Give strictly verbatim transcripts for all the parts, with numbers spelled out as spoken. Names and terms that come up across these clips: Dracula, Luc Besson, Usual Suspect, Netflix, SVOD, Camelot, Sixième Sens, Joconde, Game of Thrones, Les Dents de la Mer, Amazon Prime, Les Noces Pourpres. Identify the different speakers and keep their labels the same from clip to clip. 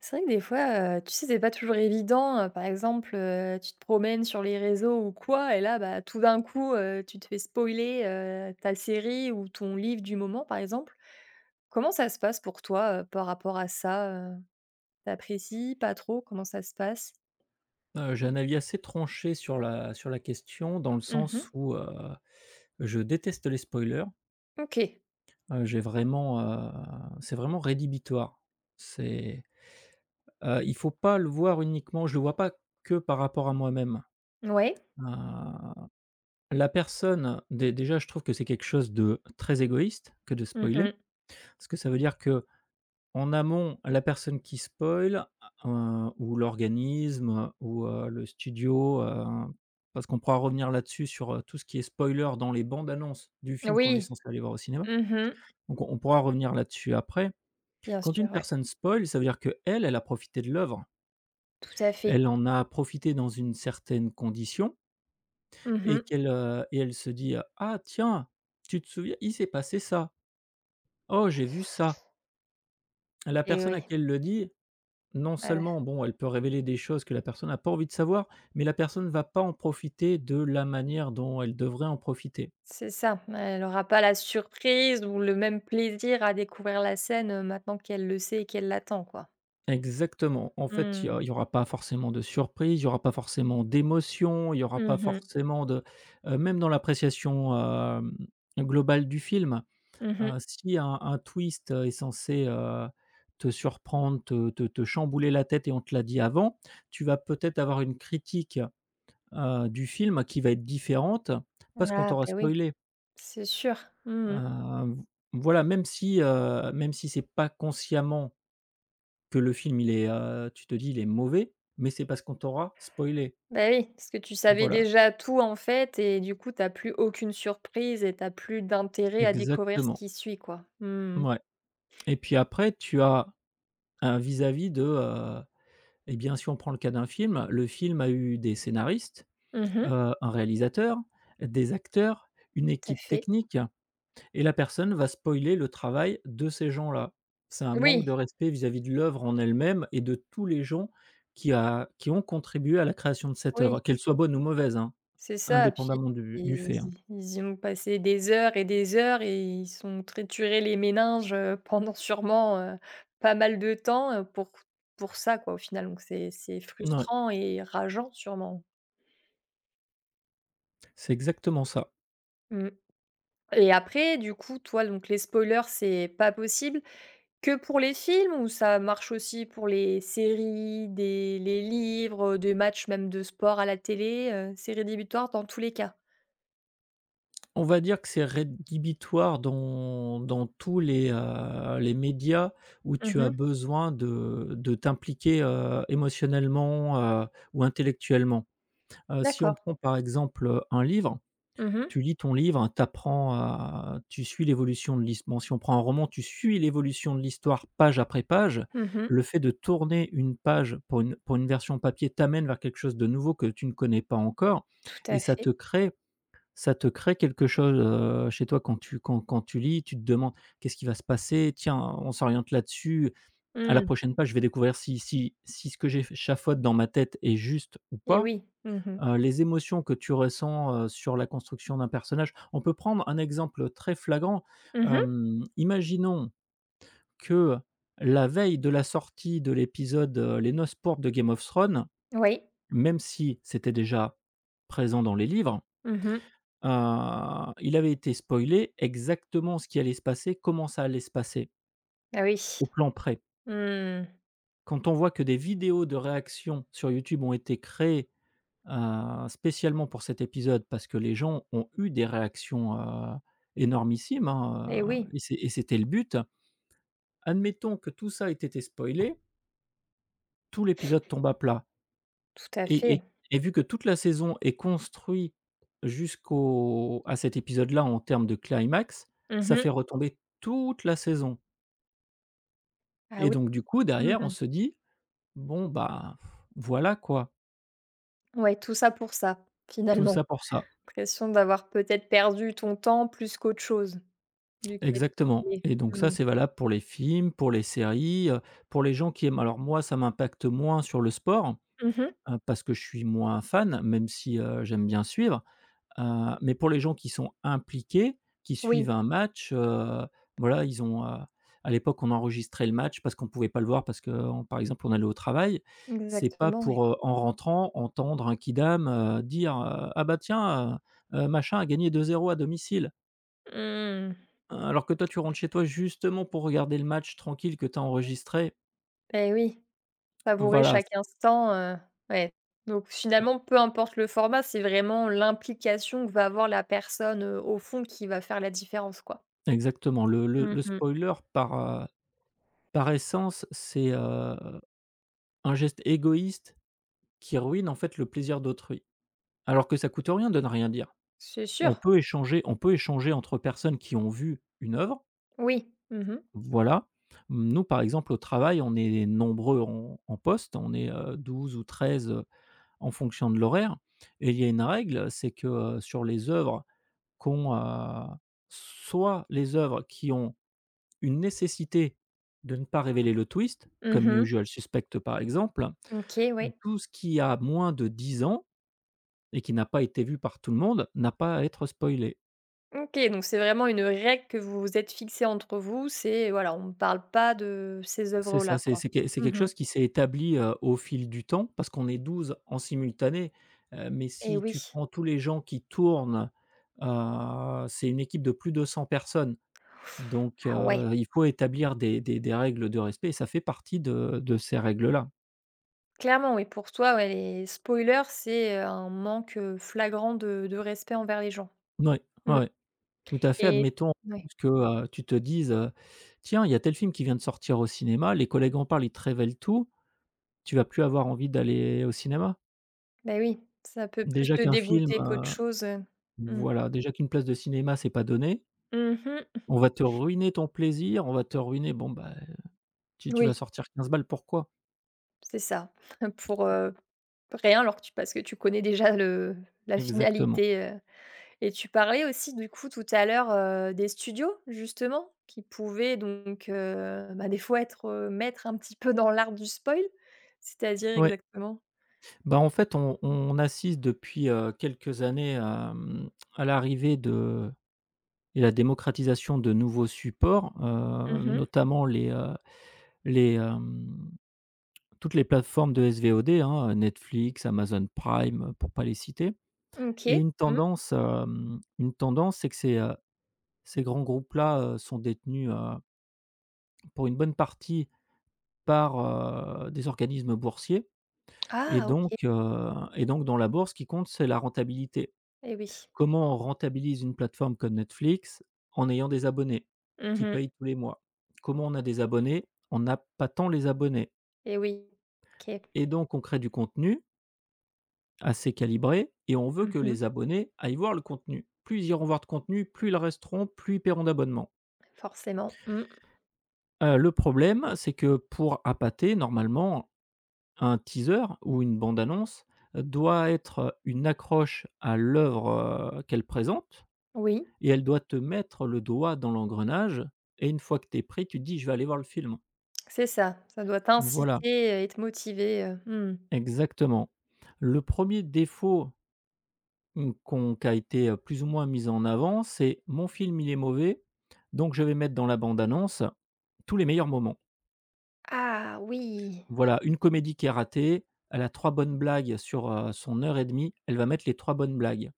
Speaker 1: C'est vrai que des fois, heu, tu sais, c'est pas toujours évident, heu, par exemple, heu, tu te promènes sur les réseaux ou quoi et là, bah, tout d'un coup, heu, tu te fais spoiler, heu, ta série ou ton livre du moment, par exemple. Comment ça se passe pour toi, heu, par rapport à ça, heu? Tu apprécies? Pas trop? Comment ça se passe?
Speaker 2: Heu, j'ai un avis assez tranché sur la sur la question dans le
Speaker 1: Mmh
Speaker 2: sens
Speaker 1: mh.
Speaker 2: où, heu, je déteste les spoilers.
Speaker 1: OK.
Speaker 2: Heu, j'ai vraiment, heu, c'est vraiment rédhibitoire. C'est, heu, il faut pas le voir uniquement Je le vois pas que par rapport à moi-même.
Speaker 1: Ouais.
Speaker 2: Heu, la personne dé déjà, je trouve que c'est quelque chose de très égoïste que de
Speaker 1: Mmh
Speaker 2: spoiler,
Speaker 1: mh.
Speaker 2: parce que ça veut dire que En amont, la personne qui spoil, heu, ou l'organisme, ou, heu, le studio, heu, parce qu'on pourra revenir là-dessus sur, heu, tout ce qui est spoiler dans les bandes annonces du film qu'on est
Speaker 1: Oui.
Speaker 2: censé aller voir au cinéma.
Speaker 1: Mmh mh.
Speaker 2: Donc on on pourra revenir là-dessus après.
Speaker 1: Bien
Speaker 2: Quand
Speaker 1: sûr,
Speaker 2: une
Speaker 1: ouais.
Speaker 2: personne spoil, ça veut dire que elle elle a profité de l'œuvre.
Speaker 1: Tout à fait.
Speaker 2: Elle en a profité dans une certaine condition
Speaker 1: Mmh
Speaker 2: et
Speaker 1: mh
Speaker 2: qu'elle, heu, et elle se dit: euh, «Ah tiens, tu te souviens, il s'est passé ça. Oh, j'ai vu ça». La
Speaker 1: et
Speaker 2: personne
Speaker 1: oui.
Speaker 2: à qui elle le dit Non
Speaker 1: Ah ouais.
Speaker 2: seulement, bon, elle peut révéler des choses que la personne n'a pas envie de savoir, mais la personne va pas en profiter de la manière dont elle devrait en profiter.
Speaker 1: C'est ça, elle aura pas la surprise ou le même plaisir à découvrir la scène, heu, maintenant qu'elle le sait et qu'elle l'attend, quoi.
Speaker 2: Exactement. En fait, il y
Speaker 1: Mmh.
Speaker 2: a il y aura pas forcément de surprise, il y aura pas forcément d'émotion, il y aura
Speaker 1: Mmh
Speaker 2: pas
Speaker 1: mh.
Speaker 2: forcément de heu, même dans l'appréciation, hem, globale du film. Heu,
Speaker 1: Mmh.
Speaker 2: si un un twist est censé, heu, te surprendre, te te te chambouler la tête et on te l'a dit avant, tu vas peut-être avoir une critique heu, du film qui va être différente parce qu'on
Speaker 1: Ah
Speaker 2: t'aura
Speaker 1: ben oui,
Speaker 2: spoilé.
Speaker 1: c'est sûr. Mmh mh.
Speaker 2: Heu, voilà, même si, heu, même si c'est pas consciemment que le film il est, heu, tu te dis: «Il est mauvais», mais c'est parce qu'on t'aura spoilé.
Speaker 1: Bah oui, parce que tu savais
Speaker 2: Voilà,
Speaker 1: déjà tout, en fait et du coup, t'as plus aucune surprise et t'as plus d'intérêt à découvrir ce
Speaker 2: exactement.
Speaker 1: qui suit, quoi. Mmh mh.
Speaker 2: Ouais. Et puis après tu as un vis-à-vis de, heu et bien, si on prend le cas d'un film, le film a eu des scénaristes,
Speaker 1: Mmh.
Speaker 2: heu, un réalisateur, des acteurs, une
Speaker 1: Tout à
Speaker 2: équipe
Speaker 1: fait.
Speaker 2: technique. Et la personne va spoiler le travail de ces gens-là. C'est un manque
Speaker 1: Oui,
Speaker 2: de respect vis-à-vis de l'œuvre en elle-même et de tous les gens qui a qui ont contribué à la création de cette œuvre,
Speaker 1: oui.
Speaker 2: qu'elle soit bonne ou mauvaise, hein,
Speaker 1: C'est ça, puis
Speaker 2: indépendamment du du
Speaker 1: ils
Speaker 2: fait, hein.
Speaker 1: ils y ont passé des heures et des heures et ils se sont triturés les méninges, heu, pendant sûrement, heu, pas mal de temps, heu, pour pour ça quoi, au final, donc c'est c'est
Speaker 2: Mouais,
Speaker 1: frustrant et rageant sûrement.
Speaker 2: c'est exactement ça.
Speaker 1: Mmh et après du coup, toi, donc les spoilers, c'est pas possible que pour les films ou ça marche aussi pour les séries, des les livres, des matchs même de sport à la télé, heu, c'est rédhibitoire dans tous les cas?
Speaker 2: On va dire que c'est rédhibitoire dans dans tous les, heu, les médias où tu as
Speaker 1: Mmh.
Speaker 2: besoin de de t'impliquer, heu, émotionnellement, heu, ou intellectuellement. Heu, si on
Speaker 1: D'accord.
Speaker 2: prend par exemple, heu, un livre,
Speaker 1: Mmh mh.
Speaker 2: tu lis ton livre, t'apprends, à tu suis l'évolution de l'histoire. Si on prend un roman, tu suis l'évolution de l'histoire page après page.
Speaker 1: Mmh.
Speaker 2: Le fait de tourner une page pour une pour une version papier t'amène vers quelque chose de nouveau que tu ne connais pas encore
Speaker 1: Tout
Speaker 2: et
Speaker 1: à
Speaker 2: ça
Speaker 1: fait.
Speaker 2: te crée ça te crée quelque chose, heu, chez toi quand tu quand quand tu lis, tu te demandes: «Qu'est-ce qui va se passer? Tiens, on s'oriente là-dessus. À la
Speaker 1: Mmh
Speaker 2: prochaine page, je vais découvrir si si si ce que j'échafaude dans ma tête est juste ou
Speaker 1: et
Speaker 2: pas».
Speaker 1: oui. Mmh mh.
Speaker 2: Heu, les émotions que tu ressens, heu, sur la construction d'un personnage. On peut prendre un exemple très flagrant,
Speaker 1: Mmh mh.
Speaker 2: hem, imaginons que la veille de la sortie de l'épisode, heu, Les Noces Pourpres de Game of Thrones,
Speaker 1: Oui.
Speaker 2: même si c'était déjà présent dans les livres,
Speaker 1: Mmh mh.
Speaker 2: heu, il avait été spoilé exactement ce qui allait se passer, comment ça allait se passer,
Speaker 1: Ah oui.
Speaker 2: au plan près.
Speaker 1: Mmh
Speaker 2: Quand on voit que des vidéos de réactions sur YouTube ont été créées Heu, spécialement pour cet épisode parce que les gens ont eu des réactions, heu, énormissimes,
Speaker 1: et
Speaker 2: hein,
Speaker 1: oui,
Speaker 2: heu, et c'est et c'était le but. Admettons que tout ça ait été spoilé, tout l'épisode tombe à plat
Speaker 1: tout à
Speaker 2: et
Speaker 1: fait.
Speaker 2: et et vu que toute la saison est construite jusqu'au à cet épisode-là en termes de climax,
Speaker 1: Mmh
Speaker 2: ça
Speaker 1: mh.
Speaker 2: fait retomber toute la saison
Speaker 1: Ah
Speaker 2: et
Speaker 1: oui.
Speaker 2: donc du coup derrière on
Speaker 1: Mmh
Speaker 2: se dit: «Bon, bah, voilà quoi,
Speaker 1: mh. Ouais, tout ça pour ça,
Speaker 2: tout
Speaker 1: finalement.
Speaker 2: ça pour ça».
Speaker 1: L'impression d'avoir peut-être perdu ton temps plus qu'autre chose, vu que tu étais
Speaker 2: Exactement,
Speaker 1: payée.
Speaker 2: et donc ça,
Speaker 1: Mmh.
Speaker 2: c'est valable pour les films, pour les séries, heu, pour les gens qui aiment. Alors moi, ça m'impacte moins sur le sport,
Speaker 1: Mmh mh.
Speaker 2: heu, parce que je suis moins fan, même si, heu, j'aime bien suivre, heu, mais pour les gens qui sont impliqués, qui suivent
Speaker 1: Oui,
Speaker 2: un match, heu, voilà, ils ont, heu, à l'époque, on enregistrait le match parce qu'on ne pouvait pas le voir parce qu'on, par exemple, on allait au travail. C'est pas
Speaker 1: exactement, ouais.
Speaker 2: pour, heu, en rentrant, entendre un kidam, heu, dire, heu: «Ah bah tiens, heu heu, machin a gagné deux zéro à domicile».
Speaker 1: Mmh
Speaker 2: Alors que toi, tu rentres chez toi justement pour regarder le match tranquille que tu as enregistré.
Speaker 1: et oui, savourer
Speaker 2: Voilà, c
Speaker 1: chaque instant, heu, ouais. Donc finalement, peu importe le format, c'est vraiment l'implication que va avoir la personne, heu, au fond qui va faire la différence, quoi.
Speaker 2: exactement. Le le
Speaker 1: Mmh
Speaker 2: le
Speaker 1: mh.
Speaker 2: spoiler par, heu, par essence, c'est, heu, un geste égoïste qui ruine en fait le plaisir d'autrui. Alors que ça coûte rien de ne rien dire.
Speaker 1: C'est
Speaker 2: On
Speaker 1: sûr,
Speaker 2: peut échanger on peut échanger entre personnes qui ont vu une œuvre,
Speaker 1: oui. Mhm, mhm.
Speaker 2: voilà. Nous, par exemple, au travail, on est nombreux en en poste, on est, heu, douze ou treize heu, en fonction de l'horaire et il y a une règle, c'est que, heu, sur les œuvres qu'ont, heu, soit les œuvres qui ont une nécessité de ne pas révéler le twist, comme Usual Suspect par exemple,
Speaker 1: OK, oui.
Speaker 2: tout ce qui a moins de dix ans et qui n'a pas été vu par tout le monde n'a pas à être spoilé.
Speaker 1: OK, donc c'est vraiment une règle que vous vous êtes fixée entre vous, c'est voilà, on ne parle pas de ces
Speaker 2: C'est ça,
Speaker 1: œuvres-là,
Speaker 2: c'est
Speaker 1: quoi.
Speaker 2: c'est quel c'est quelque
Speaker 1: Mhm.
Speaker 2: chose qui s'est établi, heu, au fil du temps parce qu'on est douze en simultané, heu, mais
Speaker 1: Et
Speaker 2: si
Speaker 1: oui.
Speaker 2: tu prends tous les gens qui tournent, heu, c'est une équipe de plus de cent personnes. Donc
Speaker 1: Ah ouais,
Speaker 2: heu, il faut établir des des des règles de respect et ça fait partie de de ces règles-là.
Speaker 1: clairement, oui, pour toi, ouais, les spoilers, c'est, heu, un manque, heu, flagrant de de respect envers les gens.
Speaker 2: Oui,
Speaker 1: Mmh
Speaker 2: ouais, tout à fait.
Speaker 1: et
Speaker 2: Admettons
Speaker 1: ouais,
Speaker 2: que, heu, tu te dises, heu: «Tiens, il y a tel film qui vient de sortir au cinéma, les collègues en parlent, ils te révèlent tout», tu vas plus avoir envie d'aller au cinéma.
Speaker 1: bah, oui, ça peut plus
Speaker 2: Déjà
Speaker 1: te
Speaker 2: qu'un film,
Speaker 1: dégoûter qu'autre
Speaker 2: heu,
Speaker 1: chose, heu. Mmh.
Speaker 2: voilà, Déjà qu'une place de cinéma, c'est pas donné.
Speaker 1: Mmh.
Speaker 2: On va te ruiner ton plaisir, on va te ruiner bon, bah, tu tu
Speaker 1: Oui.
Speaker 2: vas sortir quinze balles, pourquoi?
Speaker 1: C'est ça, pour, heu, rien alors que tu parce que tu connais déjà le la
Speaker 2: Exactement.
Speaker 1: finalité, heu et tu parlais aussi du coup tout à l'heure, heu, des studios justement qui pouvaient donc, heu, bah, des fois être, heu, maîtres un petit peu dans l'art du spoil, c'est-à-dire
Speaker 2: Ouais.
Speaker 1: exactement?
Speaker 2: Bah, en fait, on on assiste depuis, heu, quelques années, hem, à l'arrivée de et la démocratisation de nouveaux supports, heu,
Speaker 1: Mmh.
Speaker 2: notamment les, heu, les, hem, toutes les plateformes de S V O D, hein, Netflix, Amazon Prime, pour pas les citer. Et
Speaker 1: OK.
Speaker 2: une
Speaker 1: Mmh.
Speaker 2: tendance, hem, une tendance, c'est que ces, heu, ces grands groupes-là, heu, sont détenus, heu, pour une bonne partie par, heu, des organismes boursiers. et
Speaker 1: Ah OK
Speaker 2: donc, heu et donc dans la bourse, ce qui compte, c'est la rentabilité.
Speaker 1: et oui.
Speaker 2: Comment on rentabilise une plateforme comme Netflix en ayant des abonnés qui
Speaker 1: Mmh
Speaker 2: payent tous les mois? Comment on a des abonnés? On n'a pas tant les abonnés
Speaker 1: et oui. OK.
Speaker 2: et donc on crée du contenu assez calibré et on veut que
Speaker 1: Mmh.
Speaker 2: les abonnés aillent voir le contenu. Plus ils iront voir de contenu, plus ils resteront, plus ils paieront d'abonnement.
Speaker 1: Forcément. Mmh.
Speaker 2: Heu, le problème, c'est que pour appâter, normalement, un teaser ou une bande annonce doit être une accroche à l'œuvre, heu, qu'elle présente,
Speaker 1: Oui,
Speaker 2: et elle doit te mettre le doigt dans l'engrenage et une fois que tu es pris, tu te dis: «Je vais aller voir le film».
Speaker 1: c'est ça, ça doit
Speaker 2: Voilà,
Speaker 1: t'inciter et te motiver, heu, mmh.
Speaker 2: exactement. Le premier défaut, mmh, qu'on qui a été, heu, plus ou moins mis en avant, c'est: «Mon film, il est mauvais, donc je vais mettre dans la bande annonce tous les meilleurs moments».
Speaker 1: Ah oui!
Speaker 2: Voilà, une comédie qui est ratée, elle a trois bonnes blagues sur, heu, son heure et demie, elle va mettre les trois bonnes blagues.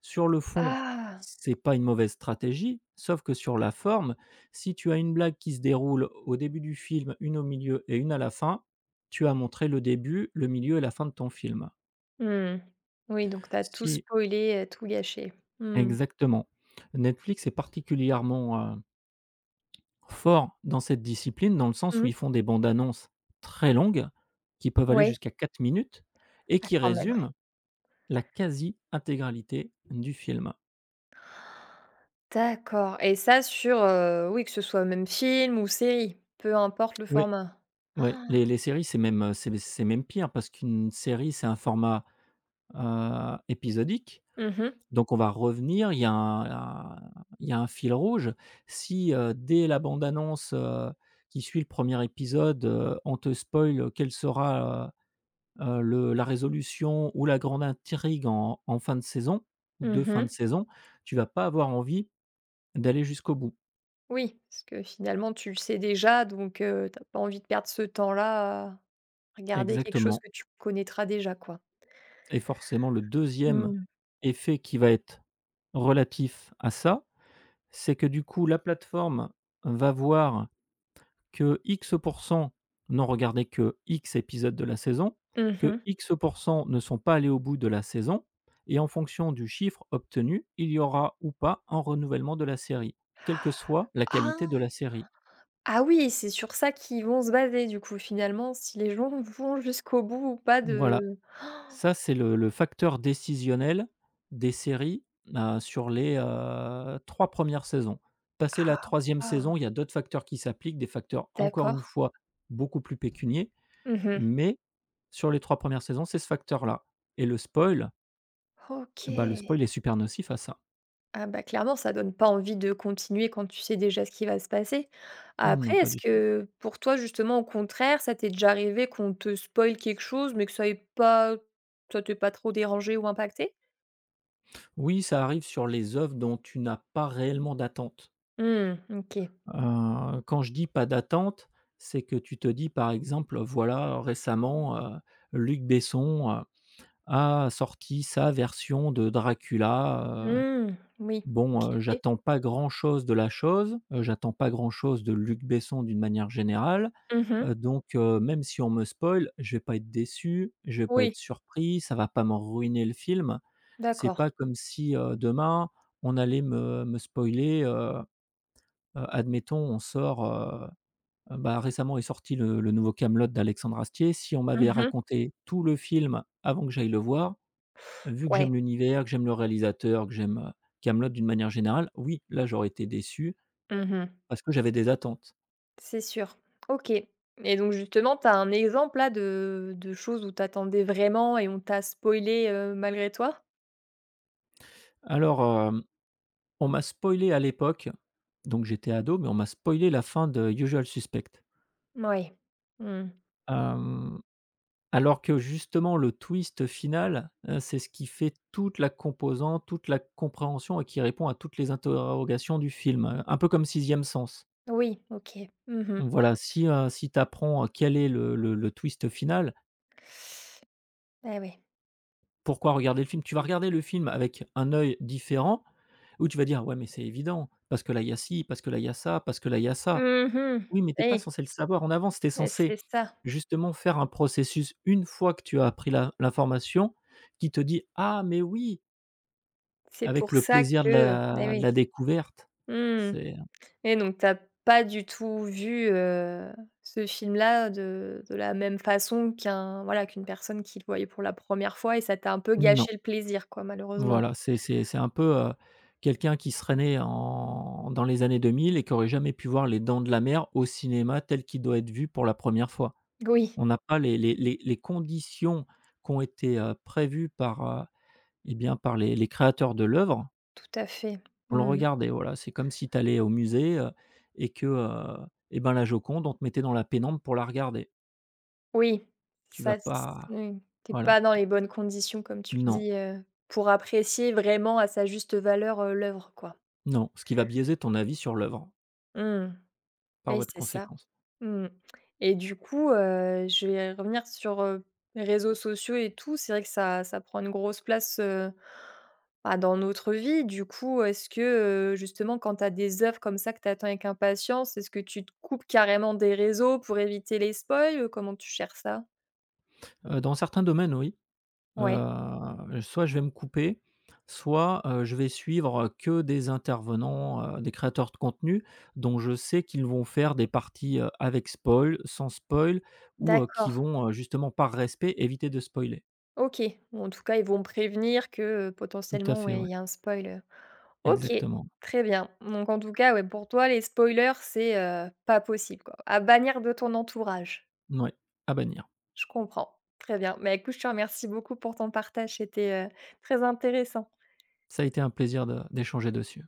Speaker 2: Sur le fond,
Speaker 1: Ah!
Speaker 2: c'est pas une mauvaise stratégie, sauf que sur la forme, si tu as une blague qui se déroule au début du film, une au milieu et une à la fin, tu as montré le début, le milieu et la fin de ton film.
Speaker 1: Mmh. Oui, donc tu as tout
Speaker 2: Si
Speaker 1: spoilé, heu, tout gâché. Mmh.
Speaker 2: Exactement. Netflix est particulièrement, heu, fort dans cette discipline, dans le sens où
Speaker 1: Mmh.
Speaker 2: ils font des bandes annonces très longues, qui peuvent aller
Speaker 1: Oui.
Speaker 2: jusqu'à quatre minutes et
Speaker 1: Ah
Speaker 2: qui
Speaker 1: quand même, ouais.
Speaker 2: résument la quasi intégralité du film.
Speaker 1: D'accord et ça sur, heu, oui, que ce soit même film ou série, peu importe le
Speaker 2: Oui.
Speaker 1: format?
Speaker 2: Ouais, les les séries, c'est même, heu, c'est c'est même pire parce qu'une série, c'est un format, heu, épisodique.
Speaker 1: Mmh mh.
Speaker 2: Donc on va revenir, il y a un un il y a un fil rouge. Si, heu, dès la bande annonce, heu, qui suit le premier épisode, heu, on te spoil quelle sera, heu heu, le la résolution ou la grande intrigue en en fin de saison ou de
Speaker 1: Mmh
Speaker 2: fin
Speaker 1: mh.
Speaker 2: de saison, tu vas pas avoir envie d'aller jusqu'au bout.
Speaker 1: Oui, parce que finalement tu le sais déjà donc heu, tu as pas envie de perdre ce temps-là à regarder quelque chose
Speaker 2: Exactement,
Speaker 1: que tu connaîtras déjà, quoi.
Speaker 2: et forcément le deuxième
Speaker 1: Mmh.
Speaker 2: effet qui va être relatif à ça. C'est que du coup, la plateforme va voir que X% n'ont regardé que X épisodes de la saison,
Speaker 1: Mmh
Speaker 2: que
Speaker 1: mh.
Speaker 2: X% ne sont pas allés au bout de la saison, et en fonction du chiffre obtenu, il y aura ou pas un renouvellement de la série, quelle que soit la qualité de
Speaker 1: Ah!
Speaker 2: la série.
Speaker 1: Ah oui, c'est sur ça qu'ils vont se baser du coup, finalement, si les gens vont jusqu'au bout ou pas
Speaker 2: Voilà,
Speaker 1: de
Speaker 2: ça c'est le le facteur décisionnel des séries, heu, sur les, heu, trois un saisons. Passé la
Speaker 1: Ah
Speaker 2: troisième
Speaker 1: waouh!
Speaker 2: saison, il y a d'autres facteurs qui s'appliquent, des facteurs encore une
Speaker 1: D'accord.
Speaker 2: fois beaucoup plus pécuniers.
Speaker 1: Mmh.
Speaker 2: Mais sur les trois premières saisons, c'est ce facteur-là et le spoil, bah, le
Speaker 1: OK.
Speaker 2: spoil est super nocif à ça.
Speaker 1: Ah bah, clairement, ça donne pas envie de continuer quand tu sais déjà ce qui va se passer.
Speaker 2: Non,
Speaker 1: Après,
Speaker 2: pas
Speaker 1: est-ce
Speaker 2: du tout.
Speaker 1: que pour toi, justement, au contraire, ça t'est déjà arrivé qu'on te spoile quelque chose, mais que ça ait pas ça t'ait pas trop dérangé ou impacté?
Speaker 2: Oui, ça arrive sur les œuvres dont tu n'as pas réellement d'attente.
Speaker 1: Mmh, OK.
Speaker 2: Heu, quand je dis pas d'attente, c'est que tu te dis, par exemple, voilà, récemment, heu, Luc Besson, heu, a sorti sa version de Dracula, heu,
Speaker 1: Hmm. Oui.
Speaker 2: bon, heu,
Speaker 1: OK.
Speaker 2: j'attends pas grand chose de la chose, heu, j'attends pas grand chose de Luc Besson d'une manière générale.
Speaker 1: Mmh.
Speaker 2: Heu, donc heu, même si on me spoil, je vais pas être déçu, je vais pas être
Speaker 1: Oui,
Speaker 2: surpris, ça va pas me ruiner le film. C'est
Speaker 1: d'accord.
Speaker 2: pas comme si, heu, demain, on allait me me spoiler, heu heu, admettons, on sort, heu heu, bah, récemment est sorti le le nouveau Camelot d'Alexandre Astier. Si on m'avait
Speaker 1: Mmh.
Speaker 2: raconté tout le film avant que j'aille le voir, vu que
Speaker 1: Ouais.
Speaker 2: j'aime l'univers, que j'aime le réalisateur, que j'aime, Camelot d'une manière générale, oui, là, j'aurais été déçu
Speaker 1: Mmh.
Speaker 2: parce que j'avais des attentes.
Speaker 1: C'est sûr. OK et donc justement, tu as un exemple là de de choses où t'attendais vraiment et on t'a spoilé, heu, malgré toi?
Speaker 2: Alors, on m'a spoilé à l'époque, donc j'étais ado, mais on m'a spoilé la fin de Usual Suspect.
Speaker 1: Oui. Mmh.
Speaker 2: Hem, alors que justement le twist final, heu, c'est ce qui fait toute la composante, toute la compréhension et qui répond à toutes les interrogations du film, heu, un peu comme *Sixième e sens.
Speaker 1: Oui, OK. Mmh.
Speaker 2: Donc voilà, si, heu, si tu apprends, euh, quel est le le le twist final,
Speaker 1: Eh oui.
Speaker 2: pourquoi regarder le film? Tu vas regarder le film avec un œil différent, où tu vas dire: «Ouais, mais c'est évident, parce que là, il y a ci, parce que là, il y a ça, parce que là, il y a ça».
Speaker 1: Mmh mh.
Speaker 2: Oui, mais t'es pas
Speaker 1: Eh,
Speaker 2: censé le savoir en avance, tu es censé
Speaker 1: c'est ça.
Speaker 2: justement faire un processus une fois que tu as appris l'in l'information qui te dit: «Ah mais oui!»
Speaker 1: C'est
Speaker 2: avec
Speaker 1: pour
Speaker 2: le
Speaker 1: ça
Speaker 2: plaisir de
Speaker 1: que Eh
Speaker 2: la de
Speaker 1: oui.
Speaker 2: la découverte.
Speaker 1: Mmh
Speaker 2: C'est
Speaker 1: et donc t'as pas du tout vu, heu, ce film-là de de la même façon qu'un voilà, qu'une personne qui le voyait pour la première fois et ça t'a un peu
Speaker 2: non,
Speaker 1: gâché le plaisir quoi, malheureusement?
Speaker 2: Voilà, c'est c'est c'est un peu, heu, quelqu'un qui serait né en dans les années deux mille et qui aurait jamais pu voir Les Dents de la Mer au cinéma tel qu'il doit être vu pour la première fois.
Speaker 1: Oui.
Speaker 2: On n'a pas les les les les conditions qui ont été, heu, prévues par, heu, et bien, par les les créateurs de l'œuvre.
Speaker 1: Tout à fait.
Speaker 2: On le
Speaker 1: Mmh.
Speaker 2: regardait, voilà, c'est comme si tu allais au musée, heu, et que, heu, et ben, la Joconde, on te mettait dans la pénombre pour la regarder.
Speaker 1: Oui,
Speaker 2: Tu vas
Speaker 1: ça c
Speaker 2: pas,
Speaker 1: oui, tu pas
Speaker 2: voilà.
Speaker 1: dans les bonnes conditions comme tu le
Speaker 2: Non,
Speaker 1: dis, heu, pour apprécier vraiment à sa juste valeur, heu, l'œuvre quoi.
Speaker 2: non, ce qui va biaiser ton avis sur l'œuvre,
Speaker 1: Mmh.
Speaker 2: par
Speaker 1: Oui,
Speaker 2: votre
Speaker 1: c'est ça.
Speaker 2: conséquence.
Speaker 1: Mmh et du coup, heu, je vais revenir sur, heu, les réseaux sociaux et tout. C'est vrai que ça ça prend une grosse place, heu, bah, dans notre vie. Du coup, est-ce que, heu, justement quand tu as des œuvres comme ça que tu attends avec impatience, est-ce que tu te coupes carrément des réseaux pour éviter les spoils? Comment tu gères ça?
Speaker 2: Heu, dans certains domaines, oui,
Speaker 1: Ouais.
Speaker 2: heu, soit je vais me couper, soit, heu, je vais suivre, que des intervenants, heu, des créateurs de contenu dont je sais qu'ils vont faire des parties, heu, avec spoil, sans spoil ou, heu, qui
Speaker 1: D'accord,
Speaker 2: vont, heu, justement par respect éviter de spoiler.
Speaker 1: OK. Ou en tout cas, ils vont prévenir que, heu,
Speaker 2: Tout à
Speaker 1: potentiellement,
Speaker 2: fait,
Speaker 1: ouais, il
Speaker 2: ouais,
Speaker 1: y a un spoiler. OK,
Speaker 2: exactement.
Speaker 1: très bien. Donc en tout cas, ouais, pour toi, les spoilers, c'est, heu, pas possible, quoi. À bannir de ton entourage.
Speaker 2: Mouais, à bannir.
Speaker 1: Je comprends. Très bien. Mais écoute, je te remercie beaucoup pour ton partage, c'était, heu, très intéressant.
Speaker 2: Ça a été un plaisir de d'échanger dessus.